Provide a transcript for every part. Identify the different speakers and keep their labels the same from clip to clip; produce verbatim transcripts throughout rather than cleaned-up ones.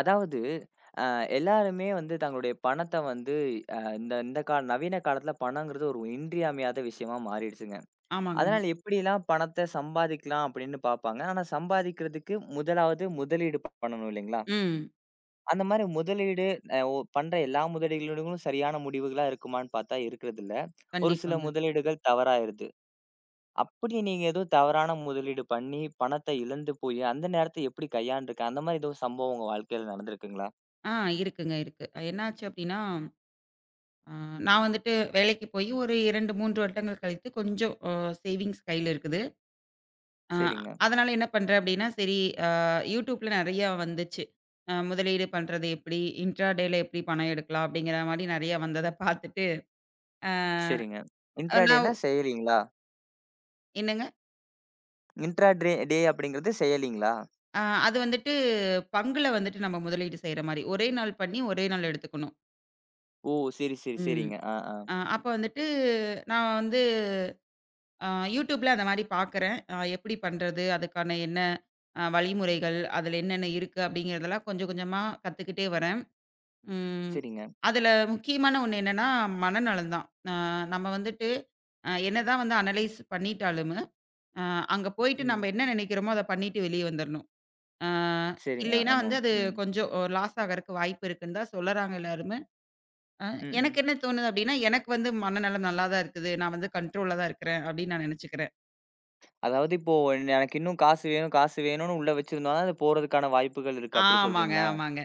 Speaker 1: அதாவது, அ எல்லாருமே வந்து தங்களுடைய பணத்த வந்து அ இந்த இந்த கா நவீன காலத்துல பணங்கிறது ஒரு இன்றியமையாத விஷயமா மாறிடுச்சுங்க.
Speaker 2: ஆமாங்க.
Speaker 1: அதனால எப்படிலாம் பணத்த சம்பாதிக்கலாம் அப்படின்னு பார்ப்பாங்க. ஆனா சம்பாதிக்கிறதுக்கு முதலாவது முதலீடு ப- பண்ணணும் இல்லைங்களா?
Speaker 2: ம்.
Speaker 1: அந்த மாரி முதலீடு அ ஒ பண்ற எல்லா முதலீடுகளும் சரியான முடிவுகளா இருக்குமான்னு பார்த்தா இருக்கிறதில்ல. ஒரு சில
Speaker 2: கண்டிப்பாங்க.
Speaker 1: முதலீடுகள் தவறாயிருது. அப்படி நீங்க எதுவும் தவறான முதலீடு பண்ணி பணத்த இழந்து போய் அந்த நேரத்த எப்படி கையாண்டுருக்க அந்த மாரி எதுவும் சம்பவம் உங்க வாழ்க்கையில நடந்திருக்குங்களா?
Speaker 2: ஆ இருக்குங்க, இருக்கு. என்னாச்சு அப்டின்னா, அ நான் வந்துட்டு வேலைக்கு போய் ஒரு இரண்டு, மூன்று வருடங்கள் கழித்து கொஞ்சம் அ சேவிங்ஸ் கையில இருக்குது. அ
Speaker 1: சரிங்க.
Speaker 2: அதனால என்ன பண்றேன் அப்டின்னா, சரி, அ YouTubeல நெறையா வந்துச்சு. அ முதலீடு பண்றது எப்டி? இன்ட்ராடேல எப்டி பணம் எடுக்கலாம்? அப்டிங்கிற மாரி நெறையா வந்தத பார்த்துட்டு, அ
Speaker 1: சரிங்க.
Speaker 2: நான்
Speaker 1: இன்ட்ராடேன்னா செயலிங்களா?
Speaker 2: என்னங்க?
Speaker 1: இன்ட்ரா ட்ரே டே அப்படிங்கிறது செயலிங்களா?
Speaker 2: அ அது வந்துட்டு பங்குல வந்துட்டு நம்ம முதலீடு செய்ற மாரி. ஒரே நாள் பண்ணி, ஒரே நாள் எடுத்துக்கணும்.
Speaker 1: ஓ! சரி, சரி,
Speaker 2: ம்.
Speaker 1: சரிங்க. ஆ, ஆ.
Speaker 2: அ அப்ப வந்துட்டு நான் வந்து ஆ யூடியூப்ல அந்த மாரி பார்க்குறேன். அ எப்படி பண்றது? அதுக்கான என்ன அ வழிமுறைகள்? அதில என்னென்ன இருக்கு? அப்படிங்கிறதெல்லாம் கொஞ்சம் கொஞ்சமா கத்துக்கிட்டே வரேன். ம்.
Speaker 1: சரிங்க.
Speaker 2: அதில முக்கியமான ஒண்ணு என்னன்னா, மனநலம் தான். அ நம்ம வந்துட்டு அ என்னதான் வந்து அனலைஸ் பண்ணிட்டாலும், அ அங்க போயிட்டு
Speaker 1: ம்.
Speaker 2: நம்ம என்ன நினைக்கிறோமோ அத பண்ணிட்டு வெளிய வந்துரணும். அ
Speaker 1: சரி. ஆ,
Speaker 2: இல்லைன்னா வந்து
Speaker 1: ஆமாம்.
Speaker 2: அது
Speaker 1: ம்.
Speaker 2: கொஞ்சம் லாஸ் ஆகறக்கு வாய்ப்பு இருக்குன்னு தான் சொல்லறாங்க எல்லாருமே. அ
Speaker 1: ம். ம்.
Speaker 2: எனக்கு என்ன தோணுது அப்படின்னா, எனக்கு வந்து மனநலம் நல்லா தான் இருக்குது. நான் வந்து கண்ட்ரோல்ல தான் இருக்கிறேன் அப்படின்னு நான் நினைச்சுக்கிறேன்.
Speaker 1: அதாவது இப்போ என்ன- எனக்கு இன்னும் காசு வேணும், காசு வேணும்னு உள்ள வச்சிருந்தோம்னா, அது போறதுக்கான வாய்ப்புகள் இருக்கு. அப்படி
Speaker 2: ஆமாங்க,
Speaker 1: சொல்றீங்களா?
Speaker 2: ஆமாங்க.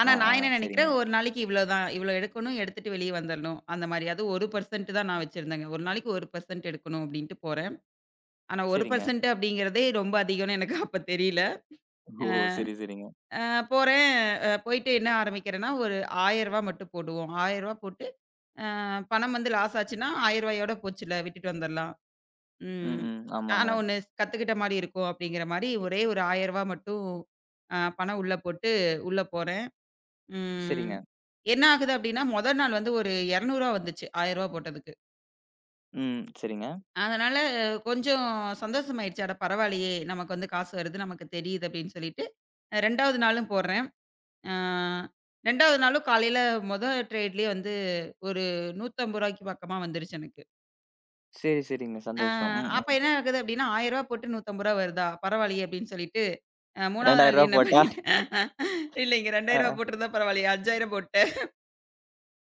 Speaker 2: ஆனா
Speaker 1: ஆ, ஆ.
Speaker 2: நான் என்ன
Speaker 1: சரிங்க,
Speaker 2: நெனைக்கிறேன், ஒரு நாளைக்கு இவ்வளோதான். இவ்வளோ எடுக்கணும், எடுத்துட்டு வெளிய வந்துரணும். அந்த மாரி. அதுவும் ஒரு சதவீதம் தான் நான் வச்சிருந்தேங்க. ஒரு நாளைக்கு ஒரு சதவீதம் எடுக்கணும் அப்டின்ட்டு போறேன். ஆனா
Speaker 1: சரிங்க.
Speaker 2: ஒரு சதவீதம் அப்டிங்கிறதே ரொம்ப அதிகம்னு எனக்கு அப்ப தெரியல.
Speaker 1: ஓ! சரி, சரிங்க.
Speaker 2: அ போறேன். அ போயிட்டு என்ன ஆரம்பிக்கிறேன்னா, ஒரு ரூ. ஆயிரம் மட்டும் போடுவோம். ரூ. ஆயிரம் போட்டு, அ பணம் வந்து லாஸ் ஆச்சுன்னா, ரூ. 1000யோட போச்சுல்ல, விட்டுட்டு வந்துரலாம்.
Speaker 1: ம்,
Speaker 2: ம்.
Speaker 1: ம். ஆமாங்க.
Speaker 2: ஆனா ஒண்ணு கத்துக்கிட்ட மாரி இருக்கும் அப்டிங்கிற மாரி ஒரே ஒரு ரூ. ஆயிரம் மட்டும் அ பணம் உள்ள போட்டு, உள்ள போறேன். ம்.
Speaker 1: சரிங்க.
Speaker 2: என்ன ஆகுது அப்டின்னா, முதல் நாள் வந்து ஒரு ரூ. இருநூறு வந்துச்சு. ரூ. ஆயிரம் போட்டதுக்கு.
Speaker 1: ம். சரிங்க.
Speaker 2: அதனால அஹ், கொஞ்சம் சந்தோஷமாயிடுச்சு. அட பரவாயில்லையே! நமக்கு வந்து காசு வருது, நமக்கு தெரியுது அப்டின்னு சொல்லிட்டு, 2வது நாளும் போடுறேன். ஆ 2வது நாளும் காலையில மொத ட்ரேட்லயே வந்து ஒரு ரூ. 150க்கு பக்கமா வந்துருச்சு எனக்கு.
Speaker 1: சரி, சரிங்க.
Speaker 2: ஆ
Speaker 1: சந்தோஷம். ம், ம்.
Speaker 2: அப்ப
Speaker 1: ரூ.
Speaker 2: என்ன ஆகுது அப்டின்னா, ரூ. ஆயிரம் போட்டு ரூ. நூற்றி ஐம்பது வருதா? பரவாயில்லையே அப்டின்னு சொல்லிட்டு, அ 3வது நாள்
Speaker 1: இரண்டாயிரம்
Speaker 2: என்ன
Speaker 1: போட்டா.
Speaker 2: பண்ணிட்டேன் இல்லைங்க, ரூ.
Speaker 1: அ, அ.
Speaker 2: இரண்டாயிரம் போட்டிருந்தா பரவாயில்லையே, ரூ. ஐயாயிரம் போட்டேன்.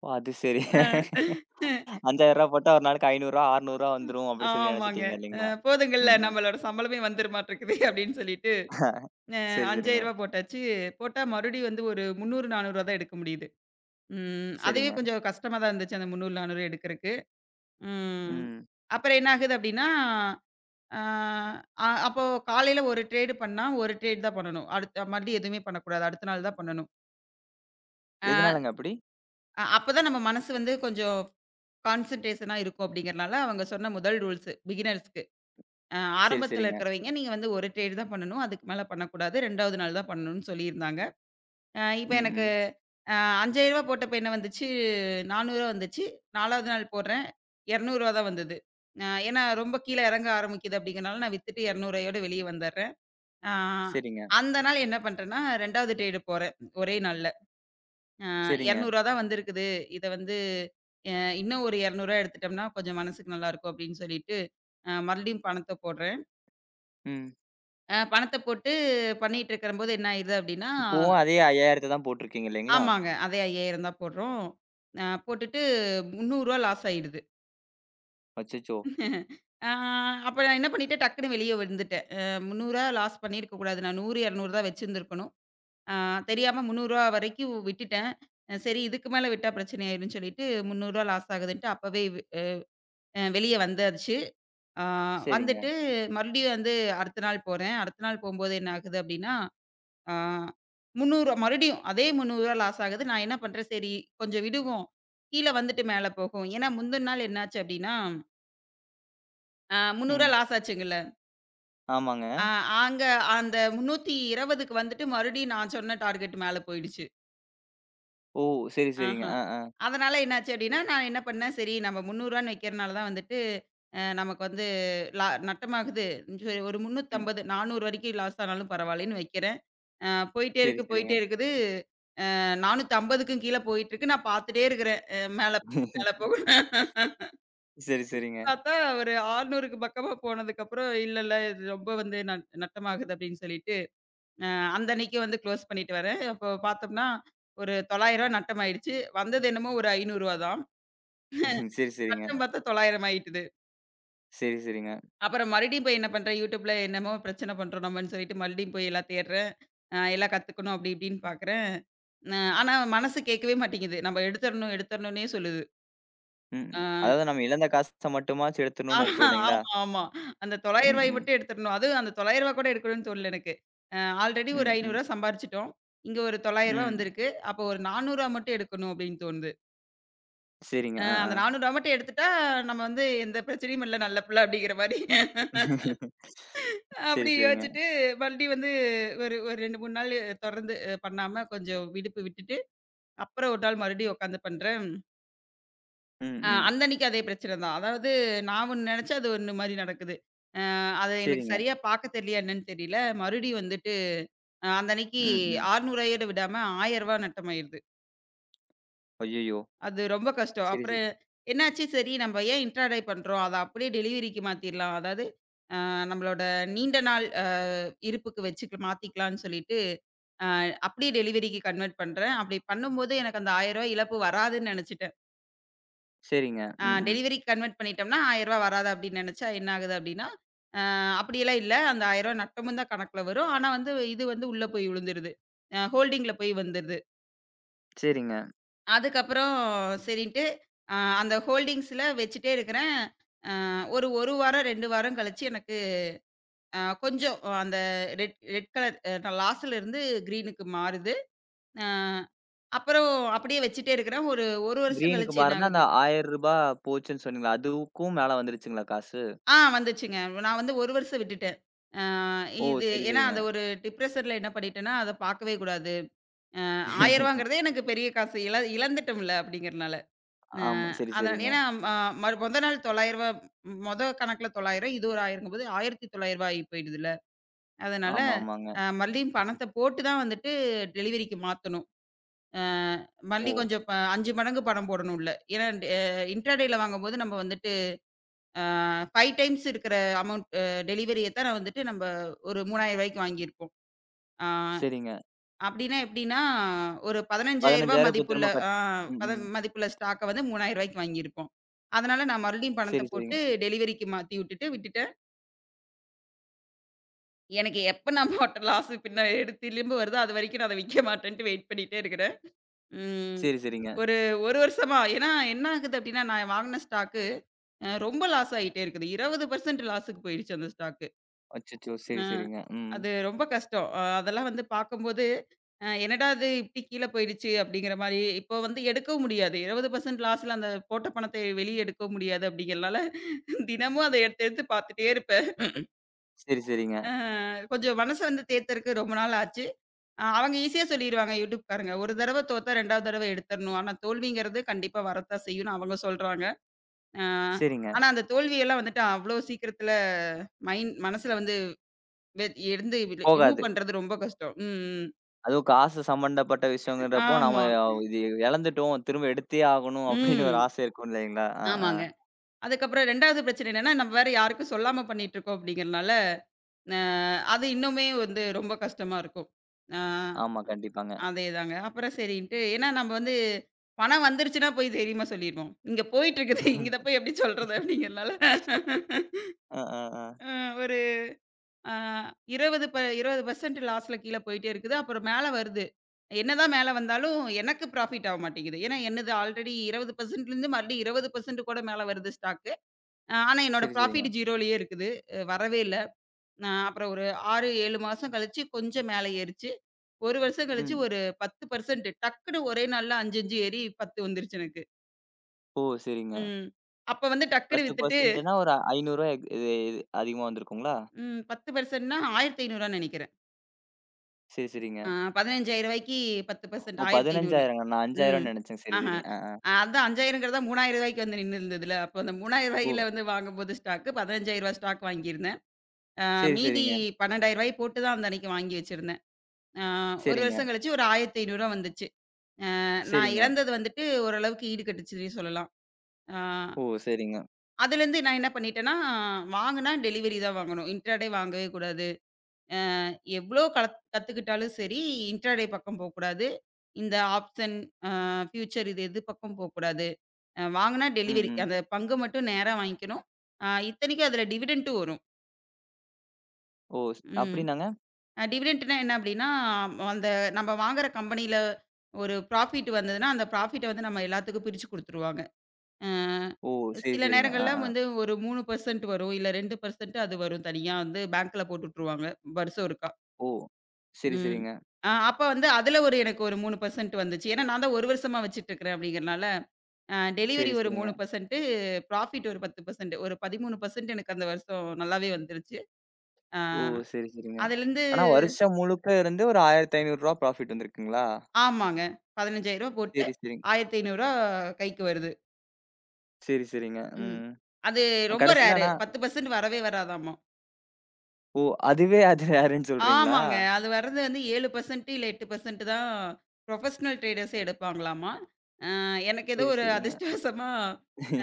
Speaker 1: ஓ! அது சரி.
Speaker 2: அஹ்
Speaker 1: ரூ. ஐந்தாயிரம் போட்டா ஒரு நாளைக்கு ரூ. ஐநூறு, ரூ. அறுநூறு வந்துரும் அப்படி சொல்லி
Speaker 2: ஆமாங்க.
Speaker 1: நெனச்சுட்டீங்க
Speaker 2: அ
Speaker 1: இல்லைங்களா?
Speaker 2: போதுங்கள்ல
Speaker 1: ம், ம்.
Speaker 2: நம்மளோட சம்பளமே வந்துருமாட்ருக்குது அப்டின்னு சொல்லிட்டு, அ
Speaker 1: சரி,
Speaker 2: ரூ.
Speaker 1: சரிங்க.
Speaker 2: ஐயாயிரம் போட்டாச்சு. போட்டா மறுபடியும் வந்து ஒரு முந்நூறு, நானூறு தான் எடுக்க முடியுது. ம். அதுவே
Speaker 1: சரிங்க.
Speaker 2: கொஞ்சம் கஷ்டமா தான் இருந்துச்சு அந்த முந்நூறு, நானூறு எடுக்கறக்கு. ம்.
Speaker 1: ம்.
Speaker 2: அப்புறம் என்ன ஆகுது அப்டின்னா, அ அ அப்போ காலையில ஒரு ட்ரேடு பண்ணா, ஒரு ட்ரேடு தான் பண்ணணும். அடுத்த மறுபடியும் எதுவுமே பண்ணக்கூடாது. அடுத்த நாள் தான் பண்ணணும். அஹ்
Speaker 1: எதனாலங்க அப்படி?
Speaker 2: அ அப்பதான் நம்ம மனசு வந்து கொஞ்சம் கான்சன்ட்ரேஷனா இருக்கும் அப்டிங்கிறனால அவங்க சொன்ன முதல் ரூல்ஸு பிகினர்ஸ்க்கு. அ
Speaker 1: சரி,
Speaker 2: ஆரம்பத்துல
Speaker 1: சரிங்க.
Speaker 2: இருக்கிறவைங்க, நீங்க வந்து ஒரு ட்ரேடு தான் பண்ணணும். அதுக்கு மேல பண்ணக்கூடாது. 2வது நாள் தான் பண்ணணும்னு சொல்லியிருந்தாங்க. அ இப்ப
Speaker 1: ம்,
Speaker 2: எனக்கு
Speaker 1: ம்.
Speaker 2: அ ரூ. ஐயாயிரம் போட்டப்ப என்ன வந்துச்சு, ரூ. நானூறு வந்துச்சு. 4வது நாள் போடுறேன், ரூ. இருநூறு தான் வந்தது. அ ஏன்னா ரொம்ப கீழ இறங்க ஆரம்பிக்குது அப்படிங்கிறனால, நான் வித்துட்டு ரூ. 200யோட வெளிய வந்துர்றேன். அ
Speaker 1: சரிங்க,
Speaker 2: அந்த நாள் என்ன பண்றேன்னா, 2வது ட்ரேடு போடுறேன் ஒரே நாள்ல. அ ரூ.
Speaker 1: சரிங்க.
Speaker 2: இருநூறு தான் வந்திருக்குது. இத வந்து அ இன்னும் ஒரு ரூ. இருநூறு எடுத்துட்டோம்னா கொஞ்சம் மனசுக்கு நல்லாயிருக்கும் அப்படின்னு சொல்லிட்டு, அ மறுபடியும் பணத்த போடுறேன்.
Speaker 1: ம்.
Speaker 2: அ பணத்த போட்டு பண்ணிட்டு இருக்கிறம்போது என்ன ஆயிருது அப்டின்னா,
Speaker 1: இப்பவும் அதே ஐந்தாயிரம் தான் போட்டிருக்கீங்க இல்லைங்களா?
Speaker 2: ஆமாங்க. அதே ஐயாயிரம் தான் போடுறோம். அ போட்டுட்டு ரூ. முந்நூறு லாஸ் ஆயிடுது.
Speaker 1: அச்சச்சோ!
Speaker 2: ஆ அப்ப நான் என்ன பண்ணிட்டேன், டக்குன்னு வெளிய வந்துட்டேன். அ ரூ. முந்நூறு லாஸ் பண்ணியிருக்க கூடாது. நான் நூறு, இருநூறு தான் வச்சிருந்துருக்கணும். அ தெரியாம ரூ. முந்நூறு வரைக்கும் விட்டுட்டேன். அ சரி, இதுக்கு மேல விட்டா பிரச்சனை ஆயிரும்ன்னு சொல்லிட்டு, ரூ. முந்நூறு லாஸ் ஆகுதுன்ட்டு அப்பவே வ் அ வெளிய வந்தாச்சு. ஆ
Speaker 1: சரிங்க.
Speaker 2: வந்துட்டு மறுபடியும் வந்து அடுத்த நாள் போறேன். அடுத்த நாள் போம்போது என்ன ஆகுது அப்டின்னா, ஆ முந்நூறு மறுபடியும் அதே ரூ. முந்நூறு லாஸ் ஆகுது. நான் என்ன பண்றேன், சரி கொஞ்சம் விடுவோம். கீழ வந்துட்டு மேல போகும். ஏன்னா, முந்தின நாள் என்னாச்சு அப்டின்னா, ஆ ரூ. முந்நூறு
Speaker 1: ம்.
Speaker 2: லாஸ் ஆச்சுங்கல்ல.
Speaker 1: ஆமாங்க.
Speaker 2: ஆ அங்க அந்த 320க்கு வந்துட்டு மறுபடியும் நான் சொன்ன டார்கெட் மேல போயிடுச்சு.
Speaker 1: ஓ! சரி, சரிங்க.
Speaker 2: ஆஹா.
Speaker 1: அ, அ.
Speaker 2: அதனால என்னாச்சு அப்டின்னா, நான் என்ன பண்ணேன், சரி நம்ம ரூ. 300ன்னு வைக்கிறனால தான் வந்துட்டு அ நமக்கு வந்து ல நட்டமாகுது. சரி, ஒரு
Speaker 1: ம்.
Speaker 2: முன்னூற்றி ஐம்பது, நானூறு வரைக்கும் லாஸ் ஆனாலும் பரவாயில்லன்னு வைக்கிறேன். அ போயிட்டே
Speaker 1: சரி,
Speaker 2: இருக்கு,
Speaker 1: சரிங்க.
Speaker 2: போயிட்டே இருக்குது. 450க்கும் கீழ போயிட்டுருக்கு. நான் பார்த்துட்டே இருக்கிறேன். அ மேல போ- மேல போகும்னு
Speaker 1: சரி, சரிங்க.
Speaker 2: பார்த்தா, ஒரு 600க்கு பக்கமா போனதுக்கப்புறம், இல்ல இல்ல இது ரொம்ப வந்து நட் நட்டமாகுது அப்டின்னு சொல்லிட்டு, அ அந்த அன்னைக்கு வந்து க்ளோஸ் பண்ணிட்டு வரேன். அப்போ பார்த்தோம்னா, ஒரு ரூ. தொள்ளாயிரம் நட்டமாயிடுச்சு. வந்தது என்னமோ ஒரு ரூ. ஐந்நூறு தான்.
Speaker 1: சரி, சரிங்க.
Speaker 2: நட்டம் பார்த்தா தொள்ளாயிரம் ஆயிட்டுது.
Speaker 1: சரி, சரிங்க.
Speaker 2: அப்புறம் மறுபடியும் போய் என்ன பண்றேன், YouTubeல என்னமோ பிரச்சனை பண்றோம் நம்மன்னு சொல்லிட்டு மறுபடியும் போய் எல்லாம் தேடுறேன். அ எல்லாம் கத்துக்கணும் அப்டி இப்டின்னு பார்க்குறேன். அ ஆனா மனசு கேட்கவே மாட்டேங்குது. நம்ம எடுத்தரணும் எடுத்தரணும்னே சொல்லுது.
Speaker 1: ம்.
Speaker 2: அ.
Speaker 1: அதாவது நம்ம இழந்த காச மட்டுமாச்சும் எடுத்துடணும்னு
Speaker 2: ஆஹா,
Speaker 1: இருக்கும்
Speaker 2: ஆமா,
Speaker 1: இல்லைங்களா?
Speaker 2: ஆமா. அந்த ரூ.
Speaker 1: ம்,
Speaker 2: தொள்ளாயிரம்
Speaker 1: ம்.
Speaker 2: மட்டும் எடுத்துறணும். அதுவும் அந்த ரூ. தொள்ளாயிரம் கூட எடுக்கணும்னு தோணல எனக்கு. அ ஆல்ரெடி ஒரு ரூ.
Speaker 1: ம், ம்.
Speaker 2: ஐந்நூறு சம்பாரிச்சுட்டோம். இங்க ஒரு ரூ. தொள்ளாயிரம்
Speaker 1: ம்.
Speaker 2: வந்திருக்கு. அப்போ ஒரு ரூ. நானூறு மட்டும் எடுக்கணும் அப்டின்னு தோணுது.
Speaker 1: சரிங்க.
Speaker 2: அ
Speaker 1: அ, அ.
Speaker 2: அந்த ரூ. நானூறு மட்டும் எடுத்துட்டா, நம்ம வந்து எந்த பிரச்சனையும் இல்ல, நல்ல பிள்ள அப்டிங்கிற மாரி.
Speaker 1: சரி,
Speaker 2: அப்டி
Speaker 1: சரிங்க.
Speaker 2: யோசிச்சுட்டு மறுபடியும் வந்து ஒரு ஒரு இரண்டு, மூன்று நாள் தொடர்ந்து அஹ், பண்ணாம கொஞ்சம் விடுப்பு விட்டுட்டு, அப்புறம் ஒரு நாள் மறுபடியும் உட்காந்து பண்றேன்.
Speaker 1: ம்,
Speaker 2: அ
Speaker 1: ம்.
Speaker 2: அந்த அன்னைக்கு அதே பிரச்சனை தான். அதாவது நான் ஒண்ணு நெனச்சா அது ஒண்ணு மாரி நடக்குது. அத எனக்கு
Speaker 1: சரிங்க.
Speaker 2: சரியா பார்க்க தெரியலையா என்னன்னு தெரியல. மறுபடியும் வந்துட்டு அ அந்த அன்னைக்கு
Speaker 1: ம், ம்.
Speaker 2: அறுநூறு விடாம ரூ. ஆயிரம் நட்டமாயிருது.
Speaker 1: அய்யய்யோ!
Speaker 2: அது ரொம்ப கஷ்டம்.
Speaker 1: சரி,
Speaker 2: அப்புறம்
Speaker 1: சரி.
Speaker 2: என்னாச்சு, சரி நம்ம ஏன் இன்ட்ராடே பண்றோம். அத அப்படியே டெலிவரிக்கு மாத்திரலாம். அதாவது அ நம்மளோட நீண்ட நாள் அ இருப்புக்கு வச்சுக்க மாத்திக்கலாம்னு சொல்லிட்டு, அ அப்படியே டெலிவரிக்கு கன்வெர்ட் பண்றேன். அப்படி பண்ணும்போது எனக்கு அந்த ரூ. ஆயிரம் இழப்பு வராதுன்னு நெனைச்சுட்டேன்.
Speaker 1: சரிங்க.
Speaker 2: ஆ
Speaker 1: ம், ம்.
Speaker 2: டெலிவரிக்கு கன்வெர்ட் பண்ணிட்டோம்னா, ரூ. ஆயிரம் வராது அப்படின்னு நெனச்சா என்ன ஆகுது அப்படின்னா, அ அப்படியெல்லாம் இல்ல. அந்த ரூ. ஆயிரம் நட்டமும் தான் கணக்குல வரும். ஆனா வந்து இது வந்து உள்ள போய் விழுந்துருது. அ ஹோல்டிங்ல போய் வந்துருது.
Speaker 1: சரிங்க.
Speaker 2: அதுக்கப்புறம் சரின்ட்டு அ அந்த ஹோல்டிங்ஸ்ல வச்சுட்டே இருக்கிறேன். அ ஒரு 1 வாரம், இரண்டு வாரம் கழிச்சு எனக்கு அ கொஞ்சம் அந்த ரெட் ரெட் கலர் அ லாஸ்ல இருந்து கிரீனுக்கு மாறுது. அ அப்புறம் அப்படியே வச்சுட்டே இருக்கிறேன். ஒரு 1 வருஷம்
Speaker 1: கிரீனுக்கு
Speaker 2: கழிச்சு என்ன
Speaker 1: மாறுனா அந்த
Speaker 2: ஆகுது,
Speaker 1: ரூ. ஆயிரம் போச்சுன்னு சொன்னீங்களா? அதுவுக்கும் மேல வந்துருச்சுங்களா காசு?
Speaker 2: ஆ வந்துச்சுங்க. நான் வந்து ஒரு வருஷம் விட்டுட்டேன். ஆ
Speaker 1: ஓ!
Speaker 2: இது
Speaker 1: சரி,
Speaker 2: ஏன்னா,
Speaker 1: சரிங்க.
Speaker 2: அத ஒரு டிப்ரஷர்ல என்ன பண்ணிட்டேன்னா, அத பார்க்கவே கூடாது. அ ரூ. ஆயிரம் எனக்கு பெரிய காசு. இழ இழந்துட்டோம்ல அப்படிங்கிறனால. அ
Speaker 1: ஆமா. சரி,
Speaker 2: அத
Speaker 1: சரிங்க.
Speaker 2: ஏன்னா அ மறு மொத நாள் ரூ. தொள்ளாயிரம், மொத கணக்குல தொள்ளாயிரம், இது ஒரு 1000ங்கும்போது ரூ. ஆயிரத்து தொள்ளாயிரம் ஆகி போயிடுதுல்ல. அதனால
Speaker 1: ஆமா, ஆமாங்க.
Speaker 2: அ மறுபடியும் பணத்த போட்டு தான் வந்துட்டு டெலிவரிக்கு மாத்தணும். அ
Speaker 1: ஓ!
Speaker 2: மறுபடியும் கொஞ்சம் ப ஐந்து மடங்கு பணம் போடணும் உள்ள. ஏன்னா அ இன்ட்ராடேல வாங்கும்போது நம்ம வந்துட்டு ஆ ஐந்து டைம்ஸ் இருக்கிற அமௌண்ட் அ டெலிவரிய தான் நான் வந்துட்டு நம்ப ஒரு ரூ. 3000க்கு வாங்கியிருப்போம். ஆ
Speaker 1: சரிங்க.
Speaker 2: அப்டின்னா எப்டின்னா, ஒரு ரூ. பதினையாயிரம்
Speaker 1: பதினைந்தாயிரம் இப்ப
Speaker 2: மதிப்புள்ள
Speaker 1: திரும்ப கட்
Speaker 2: ஆ
Speaker 1: ம்,
Speaker 2: பத
Speaker 1: ம்.
Speaker 2: மதிப்புள்ள ஸ்டாக்க வந்து ரூ. 3000க்கு வாங்கியிருப்போம். அதனால நான் மறுபடியும் பணத்த
Speaker 1: சரி,
Speaker 2: போட்டு
Speaker 1: சரிங்க.
Speaker 2: டெலிவரிக்கு மாத்தி விட்டுட்டு விட்டுட்டேன். எனக்கு எப்ப நான் போட்ட லாஸ் பின்ன எடுத்து திரும்ப வருதோ, அதுவரைக்கும் நான் அத விக்க மாட்டேன்ட்டு வெயிட் பண்ணிட்டே இருக்கிறேன். ம்.
Speaker 1: சரி, சரிங்க.
Speaker 2: ஒரு 1 வருஷமா, ஏன்னா என்ன ஆகுது அப்டின்னா, நான் வாங்குன ஸ்டாக்கு அ ரொம்ப லாஸ் ஆயிட்டே இருக்குது. இருபது சதவீதம் லாஸுக்கு போயிடுச்சு அந்த ஸ்டாக்கு.
Speaker 1: அச்சச்சோ! சரி, சரிங்க. ம்.
Speaker 2: அது ரொம்ப கஷ்டம். அ அதெல்லாம் வந்து பார்க்கும்போது, அ "என்னடா இது இப்டி கீழ போயிடுச்சு" அப்டிங்கிற மாரி, இப்போ வந்து எடுக்கவும் முடியாது. இருபது சதவீதம் லாஸ்ல அந்த போட்ட பணத்தை வெளிய எடுக்கவும் முடியாது அப்டிங்கிறனால, தினமும் அத எடுத்து எடுத்து பார்த்துட்டே இருப்பேன்.
Speaker 1: சரி, சரிங்க.
Speaker 2: அ கொஞ்சம் மனச வந்து தேத்தறக்கு ரொம்ப நாள் ஆச்சு. அ அவங்க ஈஸியா சொல்லிருவாங்க யூடியூப்காரங்க. "ஒரு தடவ தோத்தா 2வது தடவ எடுத்தரணும். ஆனா தோல்விங்கிறது கண்டிப்பா வரத்தான் செய்யும்னு" அவங்க சொல்றாங்க. அ
Speaker 1: சரிங்க.
Speaker 2: ஆனா அந்த தோல்வியெல்லாம் வந்துட்டு அவ்ளோ சீக்கிரத்துல மைண்ட் மனசுல வந்து வெ இருந்து ரிமூவ்
Speaker 1: போகாது.
Speaker 2: பண்றது ரொம்ப கஷ்டம். ம். ம்.
Speaker 1: அதுவும் காசு சம்பந்தப்பட்ட விஷயங்கிறப்போ, நாம
Speaker 2: ஆமா.
Speaker 1: இது இழந்துட்டோம். திரும்ப எடுத்தே ஆகணும் அப்படின்னு ஒரு
Speaker 2: ம்.
Speaker 1: ஆசை இருக்கும் இல்லைங்களா? ஆ, ஆ.
Speaker 2: ஆமாங்க. அதுக்கப்புறம் 2வது பிரச்சனை என்னன்னா, நம்ம வேற யாருக்கும் சொல்லாம பண்ணிட்டுருக்கோம் அப்படிங்கிறனால, அ அது இன்னுமே வந்து ரொம்ப கஷ்டமா இருக்கும். ஆ
Speaker 1: ஆமா, கண்டிப்பாங்க.
Speaker 2: அதேதாங்க. அப்புறம் சரின்ட்டு, ஏன்னா நம்ம வந்து பணம் வந்துருச்சுன்னா போய் தைரியமா சொல்லிருவோம். இங்க போயிட்டுருக்குது. இங்க இத போய் எப்படி சொல்றது அப்படிங்கிறனால,
Speaker 1: அ, ஆ, ஆ.
Speaker 2: அ ஒரு ஆ இருபது ப இருபது சதவீதம் லாஸ்ல கீழ போயிட்டே இருக்குது. அப்புறம் மேல வருது. என்னதான் மேல வந்தாலும் எனக்கு ப்ராஃபிட் ஆக மாட்டேங்குது. ஏன்னா, என்னது ஆல்ரெடி இருபது சதவீதம் லேருந்து மறுபடியும் இருபது சதவீதம் கூட மேல வருது ஸ்டாக்கு. அ ஆனா என்னோட
Speaker 1: சரி, சரிங்க.
Speaker 2: ப்ராஃபிட் 0லயே இருக்குது. அ வரவே இல்ல. நான் அப்புறம் ஒரு ஆறு, ஏழு மாசம் கழிச்சு கொஞ்சம் மேல ஏறுச்சு. ஒரு வருஷம் கழிச்சு
Speaker 1: ம்.
Speaker 2: ஒரு பத்து சதவீதம் டக்குனு ஒரே நாள்ல ஐந்து, ஐந்து ஏறி பத்து வந்துருச்சு எனக்கு.
Speaker 1: ஓ! சரிங்க.
Speaker 2: ம். அப்ப வந்து டக்குனு வித்துட்டு,
Speaker 1: பத்து சதவீதம் ன்னா ஒரு ரூ. ஐநூறு எக் இது இது அதிகமா வந்திருக்குங்களா?
Speaker 2: ம், பத்து சதவீதம் ன்னா ஆயிரத்து ஐநூறு ரூவான்னு நெனைக்கிறேன்.
Speaker 1: சரி, சரிங்க.
Speaker 2: ஆ ரூ. 15,000க்கு
Speaker 1: ஓ!
Speaker 2: பத்து சதவீதம் ஆயிரத்து ஐநூறு.
Speaker 1: 15,000ங்க. நான்
Speaker 2: ம்.
Speaker 1: 5,000ன்னு நெனச்சேன். சரி,
Speaker 2: ஆஹா.
Speaker 1: சரி. ஆ, ஆ.
Speaker 2: அஹ் அதான், ரூ. 5,000ங்கிறத ரூ. 3,000க்கு வந்து நின்னுருந்ததுல. அப்போ அந்த ரூ.
Speaker 1: ஓ!
Speaker 2: 3,000ல வந்து வாங்கும்போது ஸ்டாக் ரூ. பதினையாயிரம் ஸ்டாக் வாங்கியிருந்தேன். அ
Speaker 1: சரி,
Speaker 2: மீதி
Speaker 1: சரிங்க.
Speaker 2: ரூ. பன்னிரெண்டாயிரம் போட்டு தான் அந்த அன்னைக்கு வாங்கி வச்சிருந்தேன். அ ஒரு
Speaker 1: சரிங்க,
Speaker 2: வருஷம் கழிச்சு ஒரு ரூ. ஆயிரத்து ஐநூறு வந்துச்சு. அ நான்
Speaker 1: சரிங்க.
Speaker 2: இழந்தது வந்துட்டு ஓரளவுக்கு ஈடு கட்டுச்சுன்னே சொல்லலாம். அ
Speaker 1: ஓ! சரிங்க.
Speaker 2: அதுலேருந்து நான் என்ன பண்ணிட்டேன்னா, வாங்குனா டெலிவரி தான் வாங்கணும். இன்ட்ராடே வாங்கவே கூடாது. எவ்ளோ கலத் கத்துக்கிட்டாலும் சரி, இன்ட்ராடே பக்கம் போக்கூடாது. இந்த ஆப்ஷன், அ ஃபியூச்சர், இது எது பக்கம் போக்கூடாது. அ வாங்குனா
Speaker 1: ம்,
Speaker 2: டெலிவரி.
Speaker 1: ம்.
Speaker 2: அந்த பங்கு மட்டும் நேரா வாங்கிக்கணும். அ இத்தனைக்கும் அதில டிவிடெண்ட்டும் வரும்.
Speaker 1: ஓ! ஸ்
Speaker 2: ம்.
Speaker 1: அப்டின்னாங்க?
Speaker 2: அ டிவிடெண்ட்னா என்ன அப்டின்னா, அந்த நம்ம வாங்குற கம்பெனியில ஒரு ப்ராஃபிட் வந்ததுன்னா, அந்த ப்ராஃபிட்ட வந்து நம்ம எல்லாத்துக்கும் பிரிச்சு குடுத்துருவாங்க. அ
Speaker 1: ஓ! சரி,
Speaker 2: சில
Speaker 1: சரிங்க. ஆ,
Speaker 2: நேரங்கள்ல
Speaker 1: ஆ.
Speaker 2: வந்து ஒரு மூன்று சதவீதம் வரும். இல்ல இரண்டு சதவீதம் அது வரும், தனியா வந்து பேங்க்ல போட்டு விட்டுருவாங்க. வருஷம் ஒருக்கா.
Speaker 1: ஓ! சரி,
Speaker 2: ம்.
Speaker 1: சரிங்க.
Speaker 2: அ அப்ப வந்து அதில ஒரு எனக்கு ஒரு மூன்று சதவீதம் வந்துச்சு. ஏன்னா நான் தான் ஒரு வருஷமா வச்சுட்டு இருக்கிறேன் அப்டிங்கிறனால, அ டெலிவரி
Speaker 1: சரி,
Speaker 2: ஒரு
Speaker 1: சரிங்க.
Speaker 2: மூன்று சதவீதம், புராஃபிட் ஒரு பத்து சதவீதம். ஒரு பதிமூன்று சதவீதம் எனக்கு அந்த வருஷம் நல்லாவே வந்துருச்சு. அ
Speaker 1: ஓ! சரி, சரிங்க.
Speaker 2: அதுலருந்து
Speaker 1: ஆனா வருஷம் முழுக்க இருந்து ஒரு ரூ. ஆயிரத்து ஐநூறு ப்ராஃபிட் வந்திருக்குங்களா?
Speaker 2: ஆமாங்க. ரூ. பதினையாயிரம் போட்டு
Speaker 1: சரி,
Speaker 2: ரூ.
Speaker 1: சரிங்
Speaker 2: ஆயிரத்து ஐநூறு கைக்கு வருது.
Speaker 1: சரி, சரிங்க.
Speaker 2: ம்.
Speaker 1: ம்.
Speaker 2: அது ரொம்ப
Speaker 1: கடைசில
Speaker 2: ரேரு.
Speaker 1: ஆனா
Speaker 2: பத்து சதவீதம் வரவே வராதாமா.
Speaker 1: ஓ! அதுவே அது ரேருன்னு சொல்றீங்களா?
Speaker 2: ஆமாங்க. அது வர்றது வந்து ஏழு சதவீதம் இல்ல எட்டு சதவீதம் தான். ப்ரொஃபஷனல் ட்ரேடர்ஸே எடுப்பாங்களாமா. எனக்கு ஏதோ
Speaker 1: சரி,
Speaker 2: ஒரு
Speaker 1: சரிங்க.
Speaker 2: அதிர்ஷ்டவசமா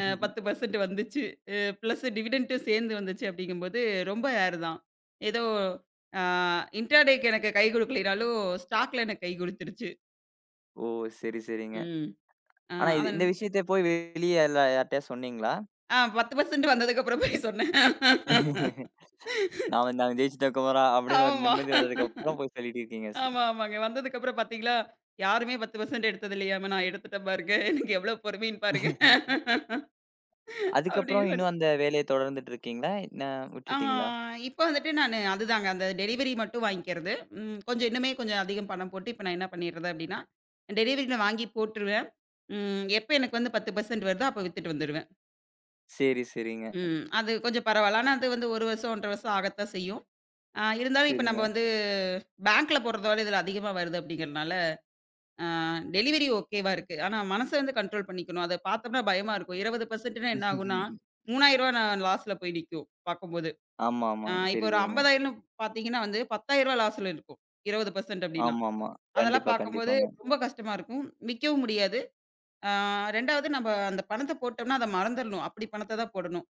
Speaker 2: அ பத்து சதவீதம் வந்துச்சு. அ பிளஸ் டிவிடெண்டும் சேர்ந்து வந்துச்சு அப்படிங்கும்போது ரொம்ப ரேர் தான். ஏதோ அ இன்ட்ராடேக்கு எனக்கு கை குடுக்கலைனாலும், ஸ்டாக்ல எனக்கு கை குடுத்துருச்சு.
Speaker 1: ஓ! சரி, சரிங்க.
Speaker 2: ம். அ
Speaker 1: ஆனா இது
Speaker 2: அதன்
Speaker 1: இந்த விஷயத்த போய் வெளிய எல்லா யார்ட்டயாவது சொன்னீங்களா?
Speaker 2: ஆ பத்து சதவீதம் வந்ததுக்கப்புறம் போய் சொன்னேன்.
Speaker 1: நாம நாங்க ஜெயிச்சுட்டோம் குமரா அப்படின்னு ஒரு
Speaker 2: ஆமா.
Speaker 1: நிம்மதி வந்ததுக்கு அப்புறம் போய் சொல்லிட்டிருக்கீங்க. ஸ்
Speaker 2: ஆமா, ஆமாங்க. வந்ததுக்கப்புறம் பார்த்தீங்களா, யாருமே பத்து சதவீதம் எடுத்தது இல்லையாம, நான் எடுத்துட்டேன் பாருங்க. எனக்கு எவ்வளோ பொறுமைன்னு பாருங்க.
Speaker 1: அதுக்கப்புறம்
Speaker 2: அப்படின்னு.
Speaker 1: இன்னும் அந்த வேலைய தொடர்ந்துட்டு இருக்கீங்களா? என்ன
Speaker 2: ஆ
Speaker 1: விட்டுட்டீங்களா?
Speaker 2: இப்ப வந்துட்டு நானு அதுதாங்க, அந்த டெலிவரி மட்டும் வாங்கிக்கிறது. ம், கொஞ்சம் இன்னுமே கொஞ்சம் அதிகம் பணம் போட்டு, இப்ப நான் என்ன பண்ணிடுறது அப்டின்னா, டெலிவரில வாங்கி போட்டுருவேன். ம், எப்ப எனக்கு வந்து பத்து சதவீதம் வருதோ, அப்ப வித்துட்டு வந்துருவேன்.
Speaker 1: சரி, சரிங்க.
Speaker 2: ம், அது கொஞ்சம் பரவால்ல. ஆனா அது வந்து ஒரு வருஷம், ஒன்றரை ஒன்றரை வருஷம் ஆகத்தான் செய்யும். ஆ இருந்தாலும் இப்ப நம்ம
Speaker 1: சரிங்க.
Speaker 2: வந்து பேங்க்ல போடுறதோட இதுல அதிகமா வருது அப்டிங்கிறனால, ஆ டெலிவரி ஓகேவா இருக்கு. ஆனா மனச வந்து கண்ட்ரோல் பண்ணிக்கணும். அத பார்த்தோம்னா பயமா இருக்கும். இருபது சதவீதம் ன்னா என்ன ஆகும்னா, ரூ. மூவாயிரம் நான் லாஸ்ல போய் நிக்கும் பாக்கும்போது.
Speaker 1: ஆமா,
Speaker 2: ஆ
Speaker 1: ஆமாங்க.
Speaker 2: இப்போ
Speaker 1: சரி,
Speaker 2: ஒரு
Speaker 1: சரிங்க.
Speaker 2: 50,000ன்னு பார்த்தீங்கன்னா வந்து ரூ. பத்தாயிரம் லாஸ்ல இருக்கும். இருபது சதவீதம் அப்டின்னா.
Speaker 1: ஆமா, ஆமா.
Speaker 2: அதெல்லாம்
Speaker 1: கண்டிப்பா,
Speaker 2: பார்க்கும்போது
Speaker 1: கண்டிப்பாங்க.
Speaker 2: ரொம்ப கஷ்டமா இருக்கும். விக்கவும் முடியாது. ஆ 2வது நம்ப அந்த பணத்த போட்டோம்னா, அத மறந்துரணும். அப்டி பணத்த தான் போடணும்.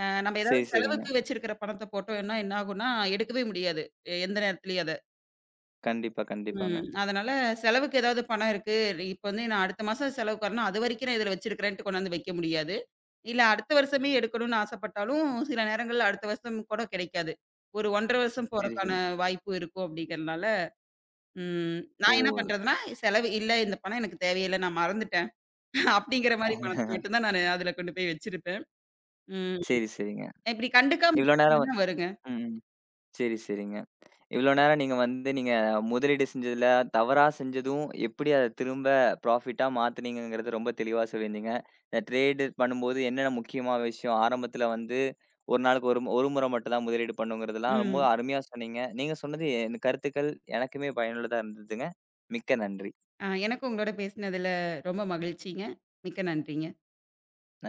Speaker 2: அ நம்ம ஏதாவது
Speaker 1: சரி, சரிங்க.
Speaker 2: செலவுக்கு வச்சிருக்கிற பணத்த போட்டோம்னா என்ன ஆகும்னா, எடுக்கவே முடியாது. எ- எந்த நேரத்துலயும் அத.
Speaker 1: கண்டிப்பா,
Speaker 2: ம்.
Speaker 1: கண்டிப்பாங்க.
Speaker 2: அதனால செலவுக்கு ஏதாவது பணம் இருக்கு. இப்ப வந்து நான் அடுத்த மாசம் செலவுக்கு வரணும். அதுவரைக்கும் நான் இதுல வச்சிருக்கிறேன்ட்டு கொண்டாந்து வைக்க முடியாது. இல்ல அடுத்த வருஷமே எடுக்கணும்னு ஆசைப்பட்டாலும், சில நேரங்கள்ல அடுத்த வருஷம் கூட கிடைக்காது. ஒரு ஒன்றரை ஒன்றரை வருஷம்
Speaker 1: சரி,
Speaker 2: போறக்கான
Speaker 1: சரி.
Speaker 2: வாய்ப்பு இருக்கும் அப்படிங்கிறனால, ம்,
Speaker 1: ஓ!
Speaker 2: நான் என்ன பண்றதுன்னா, செலவு இல்ல இந்த பணம் எனக்கு தேவையில்ல, நான் மறந்துட்டேன். அப்படிங்கிற மாரி பணத்த மட்டும் தான் நானு அதுல கொண்டு போய் வச்சிருப்பேன். ம்,
Speaker 1: சரி, சரிங்க.
Speaker 2: இப்படி கண்டுக்காம
Speaker 1: இவ்வளோ நேரம்.
Speaker 2: விட்டா வருங்க.
Speaker 1: ம். சரி, சரிங்க. இவ்வளோ நேரம் நீங்க வந்து நீங்க முதலீடு செஞ்சதுல தவறா செஞ்சதும், எப்படி அத திரும்ப ப்ராஃபிட்டா மாத்துனீங்கங்கிறத ரொம்ப தெளிவா சொல்லியிருந்தீங்க. இந்த ட்ரேடு பண்ணும்போது என்னென்ன முக்கியமான விஷயம், ஆரம்பத்துல வந்து ஒரு நாளுக்கு ஒரு மு- ஒரு முறை மட்டும் தான் முதலீடு பண்ணுங்கிறதெல்லாம் ரொம்ப
Speaker 2: ம்.
Speaker 1: அருமையா சொன்னீங்க. நீங்க சொன்னது என் கருத்துக்கள் எனக்குமே பயனுள்ளதா இருந்ததுங்க. மிக்க நன்றி.
Speaker 2: அ எனக்கும் உங்களோட பேசினதுல ரொம்ப மகிழ்ச்சிங்க. மிக்க நன்றிங்க.
Speaker 1: நன்றி.